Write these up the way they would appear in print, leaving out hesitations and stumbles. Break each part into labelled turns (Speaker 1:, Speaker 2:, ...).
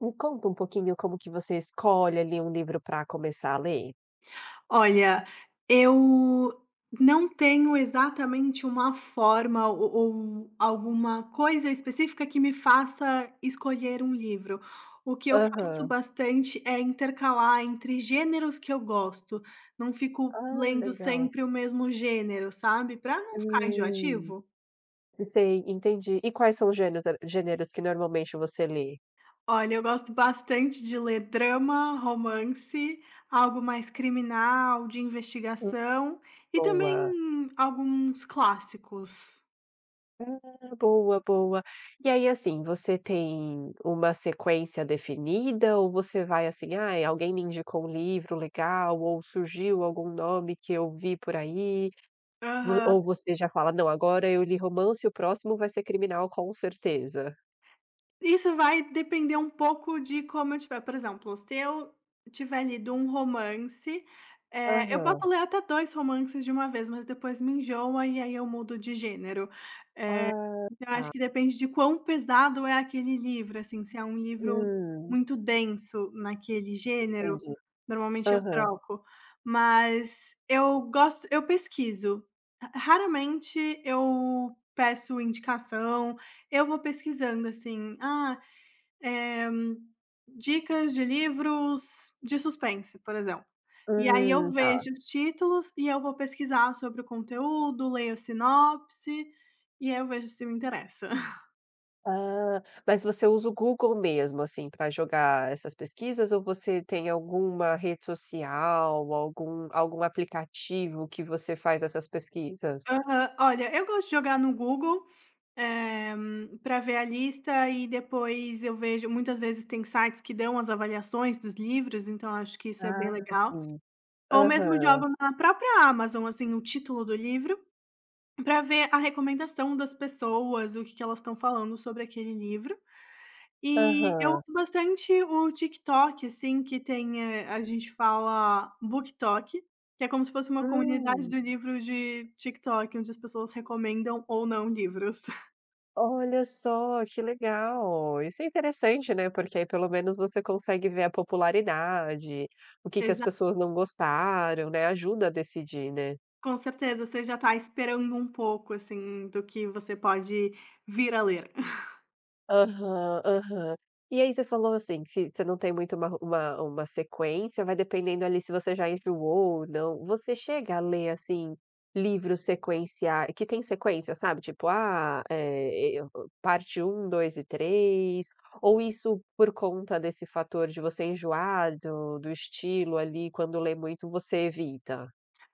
Speaker 1: Me conta um pouquinho como que você escolhe ali um livro para começar a ler?
Speaker 2: Olha, eu não tenho exatamente uma forma ou alguma coisa específica que me faça escolher um livro. O que eu faço
Speaker 1: Aham.
Speaker 2: bastante é intercalar entre gêneros que eu gosto. Não fico
Speaker 1: Ah,
Speaker 2: lendo
Speaker 1: legal.
Speaker 2: sempre o mesmo gênero, sabe, para não ficar
Speaker 1: Hum,
Speaker 2: enjoativo.
Speaker 1: sei, entendi. E quais são os gêneros que normalmente você lê?
Speaker 2: Olha, eu gosto bastante de ler drama, romance, algo mais criminal, de
Speaker 1: Hum,
Speaker 2: investigação e
Speaker 1: boa.
Speaker 2: também alguns clássicos.
Speaker 1: Ah, boa, boa. E aí, assim, você tem uma sequência definida ou você vai assim: "Ah, alguém me indicou um livro legal ou surgiu algum nome que eu vi por aí", vo
Speaker 2: Aham.
Speaker 1: ou você já fala: "Não, agora eu li romance e o próximo vai ser criminal com certeza"?
Speaker 2: Isso vai depender um pouco de como eu tiver. Por exemplo, se eu tiver lido um romance, eu
Speaker 1: Aham.
Speaker 2: posso ler até 2 romances de uma vez, mas depois me enjoa e aí eu mudo de gênero. Eh,
Speaker 1: Ah,
Speaker 2: Então acho que depende de quão pesado é aquele livro, assim, se é um livro
Speaker 1: hum,
Speaker 2: muito denso naquele gênero,
Speaker 1: entendi.
Speaker 2: normalmente eu
Speaker 1: Aham.
Speaker 2: troco, mas eu pesquiso. Ra raramente eu peço indicação, eu vou pesquisando, assim: "Ah, eh, dicas de livros de suspense, por exemplo." E aí eu
Speaker 1: Tá.
Speaker 2: vejo os títulos e eu vou pesquisar sobre o conteúdo, leio a sinopse, e aí eu vejo se me interessa.
Speaker 1: Ah, mas você usa o Google mesmo, assim, para jogar essas pesquisas ou você tem alguma rede social, algum aplicativo que você faz essas pesquisas?
Speaker 2: Aham. Olha, eu gosto de jogar no Google, para ver a lista e depois eu vejo muitas vezes tem sites que dão as avaliações dos livros, então acho que isso é bem
Speaker 1: Ah,
Speaker 2: legal.
Speaker 1: sim.
Speaker 2: Ou mesmo
Speaker 1: Aham.
Speaker 2: jogo na própria Amazon, assim, o título do livro, para ver a recomendação das pessoas, o que que elas estão falando sobre aquele livro. E eu
Speaker 1: Aham.
Speaker 2: uso bastante o TikTok, assim, que tem, a gente fala BookTok, que é como se fosse uma comunidade
Speaker 1: Hum.
Speaker 2: do livro de TikTok, onde as pessoas recomendam ou não livros.
Speaker 1: Olha só, que legal. Isso é interessante, né, porque aí pelo menos você consegue ver a popularidade, o que que as
Speaker 2: Exato.
Speaker 1: pessoas não gostaram, né, ajuda a decidir, né.
Speaker 2: Com certeza, você já está esperando um pouco, assim, do que você pode vir a ler.
Speaker 1: Aham, aham. E aí você falou, assim, que se você não tem muito uma sequência, vai dependendo ali se você já enjoou ou não. Você chega a ler, assim, livros sequenciais que tem sequência, sabe, tipo, ah, parte um, 2 e 3. Ou isso por conta desse fator de você enjoar do estilo ali, quando lê muito você evita?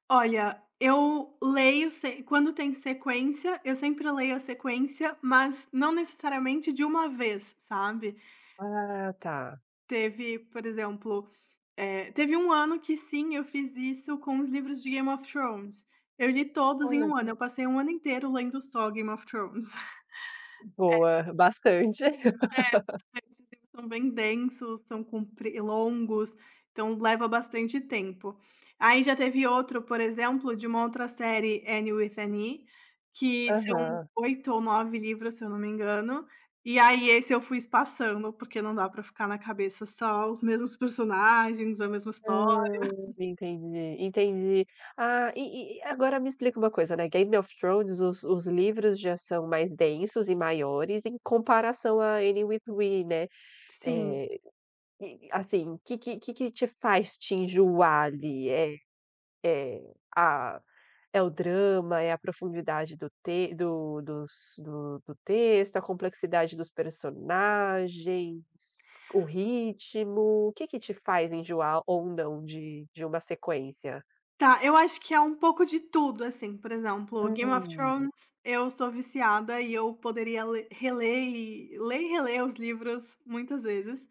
Speaker 2: Olha, eu leio se quando tem sequência, eu sempre leio a sequência, mas não necessariamente de uma vez, sabe.
Speaker 1: Ah, tá.
Speaker 2: Teve, por exemplo, teve um ano que sim, eu fiz isso com os livros de Game of Thrones. Eu li todos em
Speaker 1: Olha
Speaker 2: um ano,
Speaker 1: só.
Speaker 2: eu passei um ano inteiro lendo só Game of Thrones.
Speaker 1: Boa, bastante.
Speaker 2: Esses livros são bem densos, são compri longos, então leva bastante tempo. Aí já teve outro, por exemplo, de uma outra série, Annie with Annie, que são
Speaker 1: Aham.
Speaker 2: 8 ou 9 livros, se eu não me engano, e aí esse eu fui espaçando, porque não dá para ficar na cabeça só os mesmos personagens, a mesma história.
Speaker 1: Entendi, entendi. Ah, e agora me explica uma coisa, né, Game of Thrones, os livros já são mais densos e maiores em comparação a Anne with We, né,
Speaker 2: Sim.
Speaker 1: eh, e assim, o que que te faz te enjoar ali? É é a é o drama, é a profundidade do te do dos do do texto, a complexidade dos personagens, o ritmo. O que que te faz enjoar ou não de uma sequência?
Speaker 2: Tá, eu acho que é um pouco de tudo, assim, por exemplo, Game of
Speaker 1: Hum,
Speaker 2: Thrones, eu sou viciada e eu poderia le reler e ler e reler os livros muitas vezes,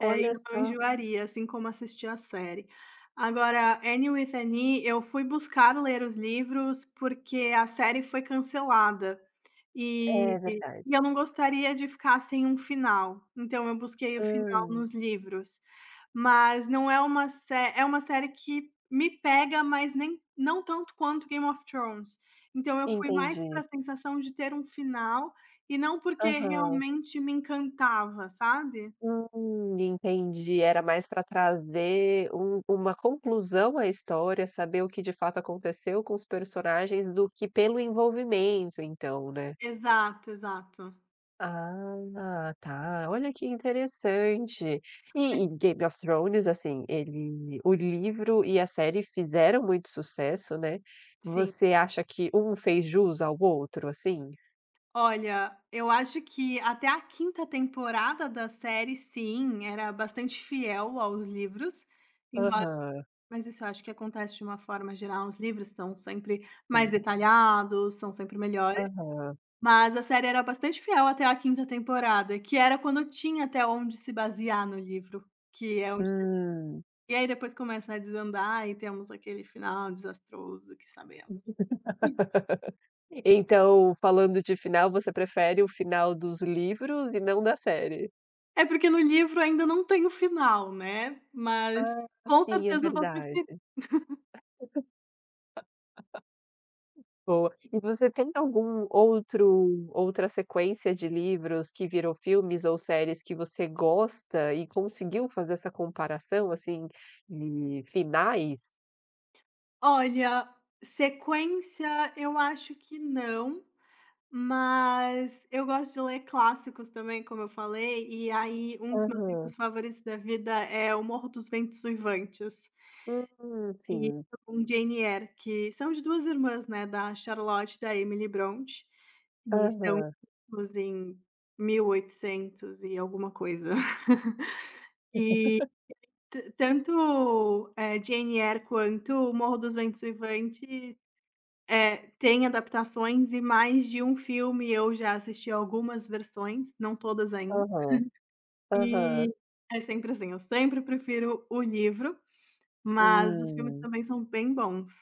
Speaker 2: e eu não
Speaker 1: só,
Speaker 2: enjoaria, assim como assistir a série. Agora, Anne with an eu fui buscar ler os livros porque a série foi cancelada. E
Speaker 1: é verdade.
Speaker 2: e eu não gostaria de ficar sem um final, então eu busquei o final
Speaker 1: Hum,
Speaker 2: nos livros. Mas não é uma sé é uma série que me pega, mas nem não tanto quanto Game of Thrones. Então eu fui mais para a
Speaker 1: entendi.
Speaker 2: sensação de ter um final, e não porque
Speaker 1: Aham.
Speaker 2: realmente me encantava, sabe?
Speaker 1: Entendi. Era mais para trazer uma conclusão à história, saber o que de fato aconteceu com os personagens do que pelo envolvimento então, né?
Speaker 2: Exato, exato.
Speaker 1: Ah, tá. Olha que interessante. E Game of Thrones, assim, ele o livro e a série fizeram muito sucesso, né.
Speaker 2: Sim.
Speaker 1: Você acha que um fez jus ao outro, assim?
Speaker 2: Olha, eu acho que até a quinta temporada da série, sim, era bastante fiel aos livros, embora
Speaker 1: Aham,
Speaker 2: mas isso eu acho que acontece de uma forma geral, os livros são sempre mais
Speaker 1: sim.
Speaker 2: detalhados, são sempre melhores,
Speaker 1: Aham.
Speaker 2: mas a série era bastante fiel até a quinta temporada, que era quando tinha até onde se basear no livro, que é onde
Speaker 1: Hum.
Speaker 2: e aí depois começa a desandar e temos aquele final desastroso que sabemos.
Speaker 1: Então, falando de final, você prefere o final dos livros e não da série?
Speaker 2: É, porque no livro ainda não tem o final, né, mas
Speaker 1: Ah,
Speaker 2: com
Speaker 1: sim, é
Speaker 2: certeza eu vou
Speaker 1: verdade.
Speaker 2: preferir.
Speaker 1: Boa. E você tem algum outro, outra sequência de livros que virou filmes ou séries que você gosta e conseguiu fazer essa comparação, assim, de finais?
Speaker 2: Olha, sequência eu acho que não, mas eu gosto de ler clássicos também, como eu falei, e aí um dos meus
Speaker 1: Aham.
Speaker 2: livros favoritos da vida é O Morro dos Ventos Uivantes, e
Speaker 1: Sim.
Speaker 2: com Jane Eyre, que são de 2 irmãs, né, da Charlotte e da Emily Brontë, e são
Speaker 1: Aham,
Speaker 2: escritos em 1800 e oitocentos e alguma coisa. E tanto, Jane Eyre quanto O Morro dos Ventos Uivantes tem adaptações e mais de um filme, eu já assisti algumas versões, não todas ainda,
Speaker 1: aham, aham.
Speaker 2: e é sempre assim, eu sempre prefiro o livro, mas os filmes
Speaker 1: Hum.
Speaker 2: também são bem bons.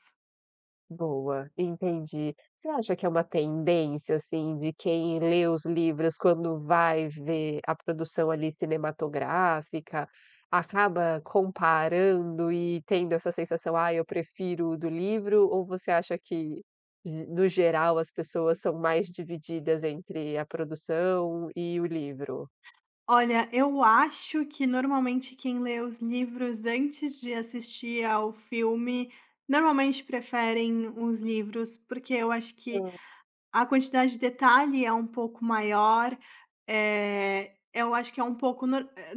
Speaker 1: Boa, entendi. Você acha que é uma tendência, assim, de quem lê os livros quando vai ver a produção ali cinematográfica, acaba comparando e tendo essa sensação: "Ah, eu prefiro o do livro", ou você acha que, no geral, as pessoas são mais divididas entre a produção e o livro?
Speaker 2: Olha, eu acho que normalmente quem lê os livros antes de assistir ao filme, normalmente preferem os livros, porque eu acho que
Speaker 1: Hum,
Speaker 2: a quantidade de detalhe é um pouco maior, eu acho que é um pouco nor eh,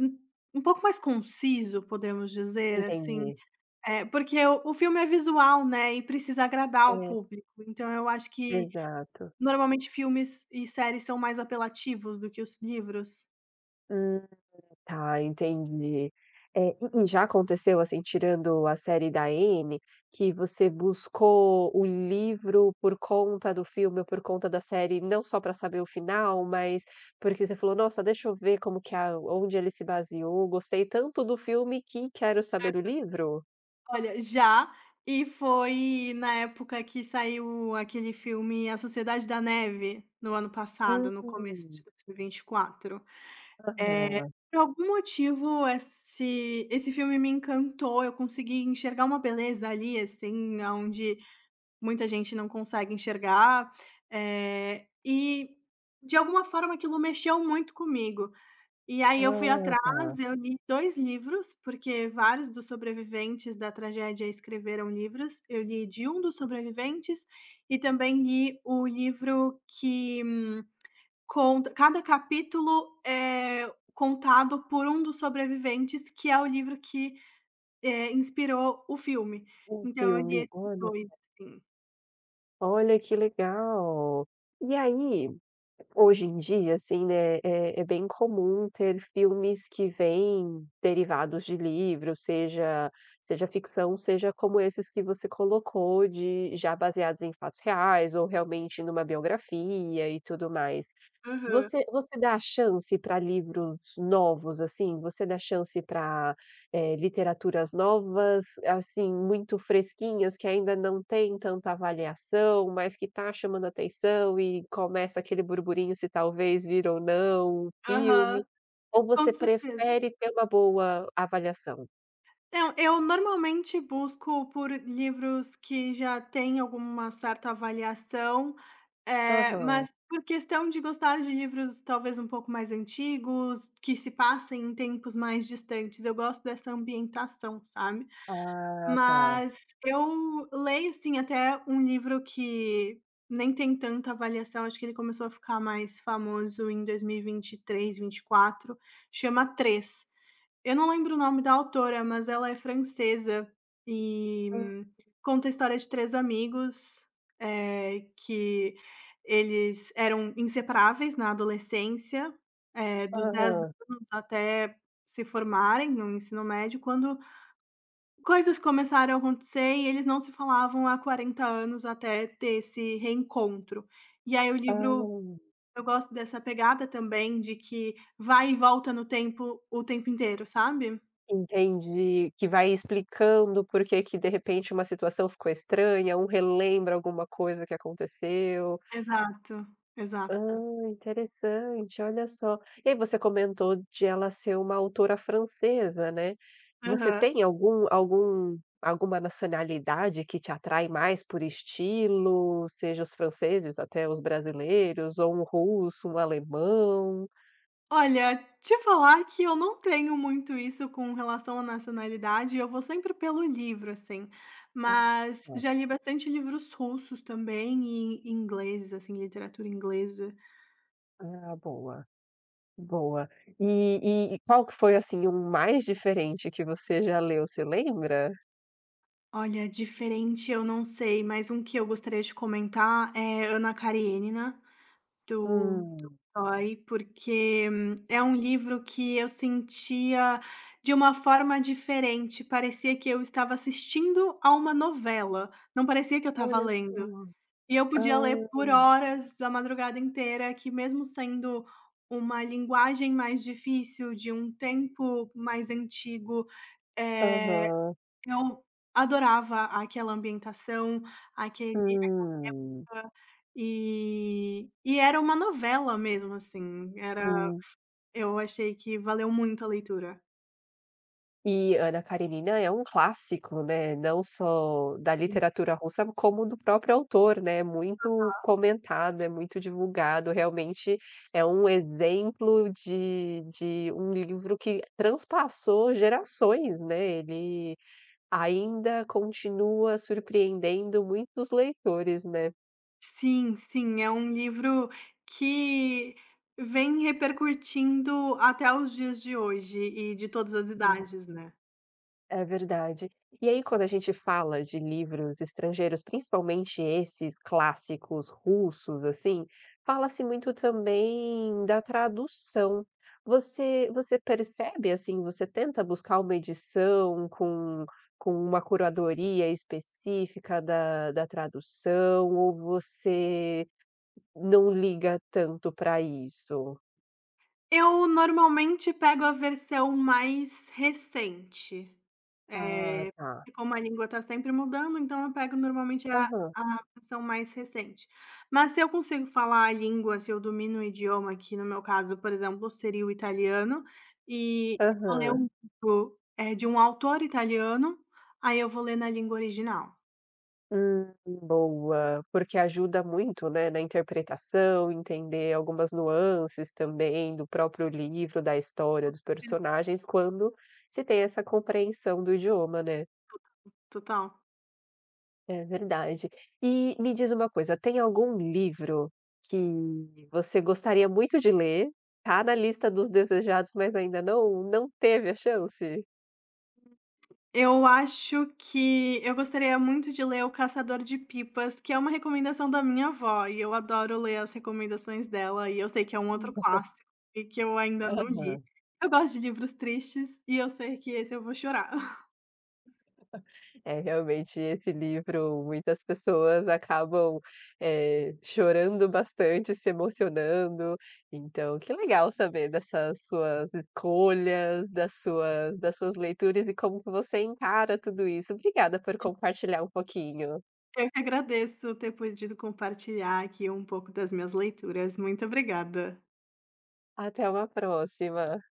Speaker 2: um pouco mais conciso, podemos dizer, assim,
Speaker 1: entendi.
Speaker 2: porque o filme é visual, né, e precisa agradar ao
Speaker 1: É,
Speaker 2: público, então eu acho que
Speaker 1: exato.
Speaker 2: normalmente filmes e séries são mais apelativos do que os livros.
Speaker 1: Hum. Tá, entendi. E já aconteceu, assim, tirando a série da Anne, que você buscou o livro por conta do filme ou por conta da série, não só para saber o final, mas porque você falou: "Nossa, deixa eu ver como que a onde ele se baseou, gostei tanto do filme que quero saber do livro"?
Speaker 2: Olha, já, e foi na época que saiu aquele filme A Sociedade da Neve, no ano passado, no começo de
Speaker 1: Hum.
Speaker 2: 2024. Eh,
Speaker 1: Aham.
Speaker 2: por algum motivo esse filme me encantou, eu consegui enxergar uma beleza ali, assim, onde muita gente não consegue enxergar, e de alguma forma aquilo mexeu muito comigo. E aí eu fui
Speaker 1: Ah, tá.
Speaker 2: atrás, eu li 2 livros, porque vários dos sobreviventes da tragédia escreveram livros, eu li de um dos sobreviventes e também li o livro que Conta cada capítulo é contado por um dos sobreviventes, que é o livro que inspirou o filme.
Speaker 1: Um
Speaker 2: Então eu li
Speaker 1: filme.
Speaker 2: esses
Speaker 1: Olha,
Speaker 2: 2, assim.
Speaker 1: olha que legal. E aí, hoje em dia, assim, né, é bem comum ter filmes que vêm derivados de livros, seja ficção, seja como esses que você colocou de já baseados em fatos reais ou realmente numa biografia e tudo mais.
Speaker 2: Aham,
Speaker 1: Você dá chance para livros novos, assim? Você dá chance para literaturas novas, assim, muito fresquinhas, que ainda não tem tanta avaliação, mas que tá chamando atenção e começa aquele burburinho se talvez vir ou não um
Speaker 2: aham,
Speaker 1: filme? Ou
Speaker 2: com
Speaker 1: você
Speaker 2: certeza.
Speaker 1: prefere ter uma boa avaliação?
Speaker 2: Não, eu normalmente busco por livros que já têm alguma certa avaliação,
Speaker 1: Aham.
Speaker 2: mas por questão de gostar de livros talvez um pouco mais antigos, que se passem em tempos mais distantes, eu gosto dessa ambientação, sabe?
Speaker 1: Ah, tá.
Speaker 2: Mas eu leio sim até um livro que nem tem tanta avaliação, acho que ele começou a ficar mais famoso em 2023, 24, chama Três. Eu não lembro o nome da autora, mas ela é francesa e
Speaker 1: Hum.
Speaker 2: conta a história de três amigos, que eles eram inseparáveis na adolescência, dos 10
Speaker 1: Aham.
Speaker 2: anos até se formarem no ensino médio, quando coisas começaram a acontecer e eles não se falavam há 40 anos até ter esse reencontro. E aí o
Speaker 1: Ah.
Speaker 2: livro, eu gosto dessa pegada também de que vai e volta no tempo o tempo inteiro, sabe?
Speaker 1: Entendi, que vai explicando por que que de repente uma situação ficou estranha, um relembra alguma coisa que aconteceu.
Speaker 2: Exato, exato.
Speaker 1: Ah, interessante, olha só. E aí você comentou de ela ser uma autora francesa, né. Você
Speaker 2: Aham.
Speaker 1: tem algum alguma nacionalidade que te atrai mais por estilo, seja os franceses até os brasileiros, ou um russo, um alemão?
Speaker 2: Olha, te falar que eu não tenho muito isso com relação à nacionalidade, eu vou sempre pelo livro, assim.
Speaker 1: Ah,
Speaker 2: Mas
Speaker 1: tá.
Speaker 2: já li bastante livros russos também e ingleses, assim, literatura inglesa.
Speaker 1: Ah, boa. Boa. E qual que foi, assim, o mais diferente que você já leu, você lembra?
Speaker 2: Olha, diferente eu não sei, mas um que eu gostaria de comentar é Ana Karenina, do
Speaker 1: Hum,
Speaker 2: Tolstói, porque é um livro que eu sentia de uma forma diferente, parecia que eu estava assistindo a uma novela, não parecia que eu estava
Speaker 1: olha só.
Speaker 2: lendo. E eu podia
Speaker 1: Ah.
Speaker 2: ler por horas, a madrugada inteira, que mesmo sendo uma linguagem mais difícil, de um tempo mais antigo, eh
Speaker 1: Aham.
Speaker 2: eu adorava aquela ambientação, aquele
Speaker 1: Hum,
Speaker 2: aquela e era uma novela mesmo, assim, era
Speaker 1: sim.
Speaker 2: eu achei que valeu muito a leitura.
Speaker 1: E Ana Karenina é um clássico, né, não só da literatura russa, como do próprio autor, né, é muito comentado, é muito divulgado, realmente é um exemplo de um livro que transpassou gerações, né, ele ainda continua surpreendendo muitos leitores, né.
Speaker 2: Sim, sim, é um livro que vem repercutindo até os dias de hoje e de todas as
Speaker 1: Hum,
Speaker 2: idades, né.
Speaker 1: é verdade. E aí quando a gente fala de livros estrangeiros, principalmente esses clássicos russos, assim, fala-se muito também da tradução. Você percebe, assim, você tenta buscar uma edição com uma curadoria específica da tradução ou você não liga tanto para isso?
Speaker 2: Eu normalmente pego a versão mais recente.
Speaker 1: Ah, tá.
Speaker 2: E como a língua está sempre mudando, então eu pego normalmente a
Speaker 1: Aham,
Speaker 2: a versão mais recente. Mas se eu consigo falar a língua, se eu domino o idioma, que no meu caso, por exemplo, seria o italiano, e eu vou ler
Speaker 1: aham.
Speaker 2: um livro, de um autor italiano, aí eu vou ler na língua original.
Speaker 1: Boa, porque ajuda muito, né, na interpretação, entender algumas nuances também do próprio livro, da história, dos personagens, quando se tem essa compreensão do idioma, né.
Speaker 2: Total.
Speaker 1: É verdade. E me diz uma coisa, tem algum livro que você gostaria muito de ler, tá na lista dos desejados, mas ainda não teve a chance?
Speaker 2: Eu acho que eu gostaria muito de ler O Caçador de Pipas, que é uma recomendação da minha avó, e eu adoro ler as recomendações dela, e eu sei que é um outro clássico e que eu ainda não li.
Speaker 1: Aham.
Speaker 2: Eu gosto de livros tristes e eu sei que esse eu vou chorar.
Speaker 1: É, realmente esse livro muitas pessoas acabam, chorando bastante, se emocionando, então que legal saber dessas suas escolhas, das suas leituras e como que você encara tudo isso. Obrigada por compartilhar um pouquinho.
Speaker 2: Eu que agradeço ter podido compartilhar aqui um pouco das minhas leituras. Muito obrigada.
Speaker 1: Até uma próxima.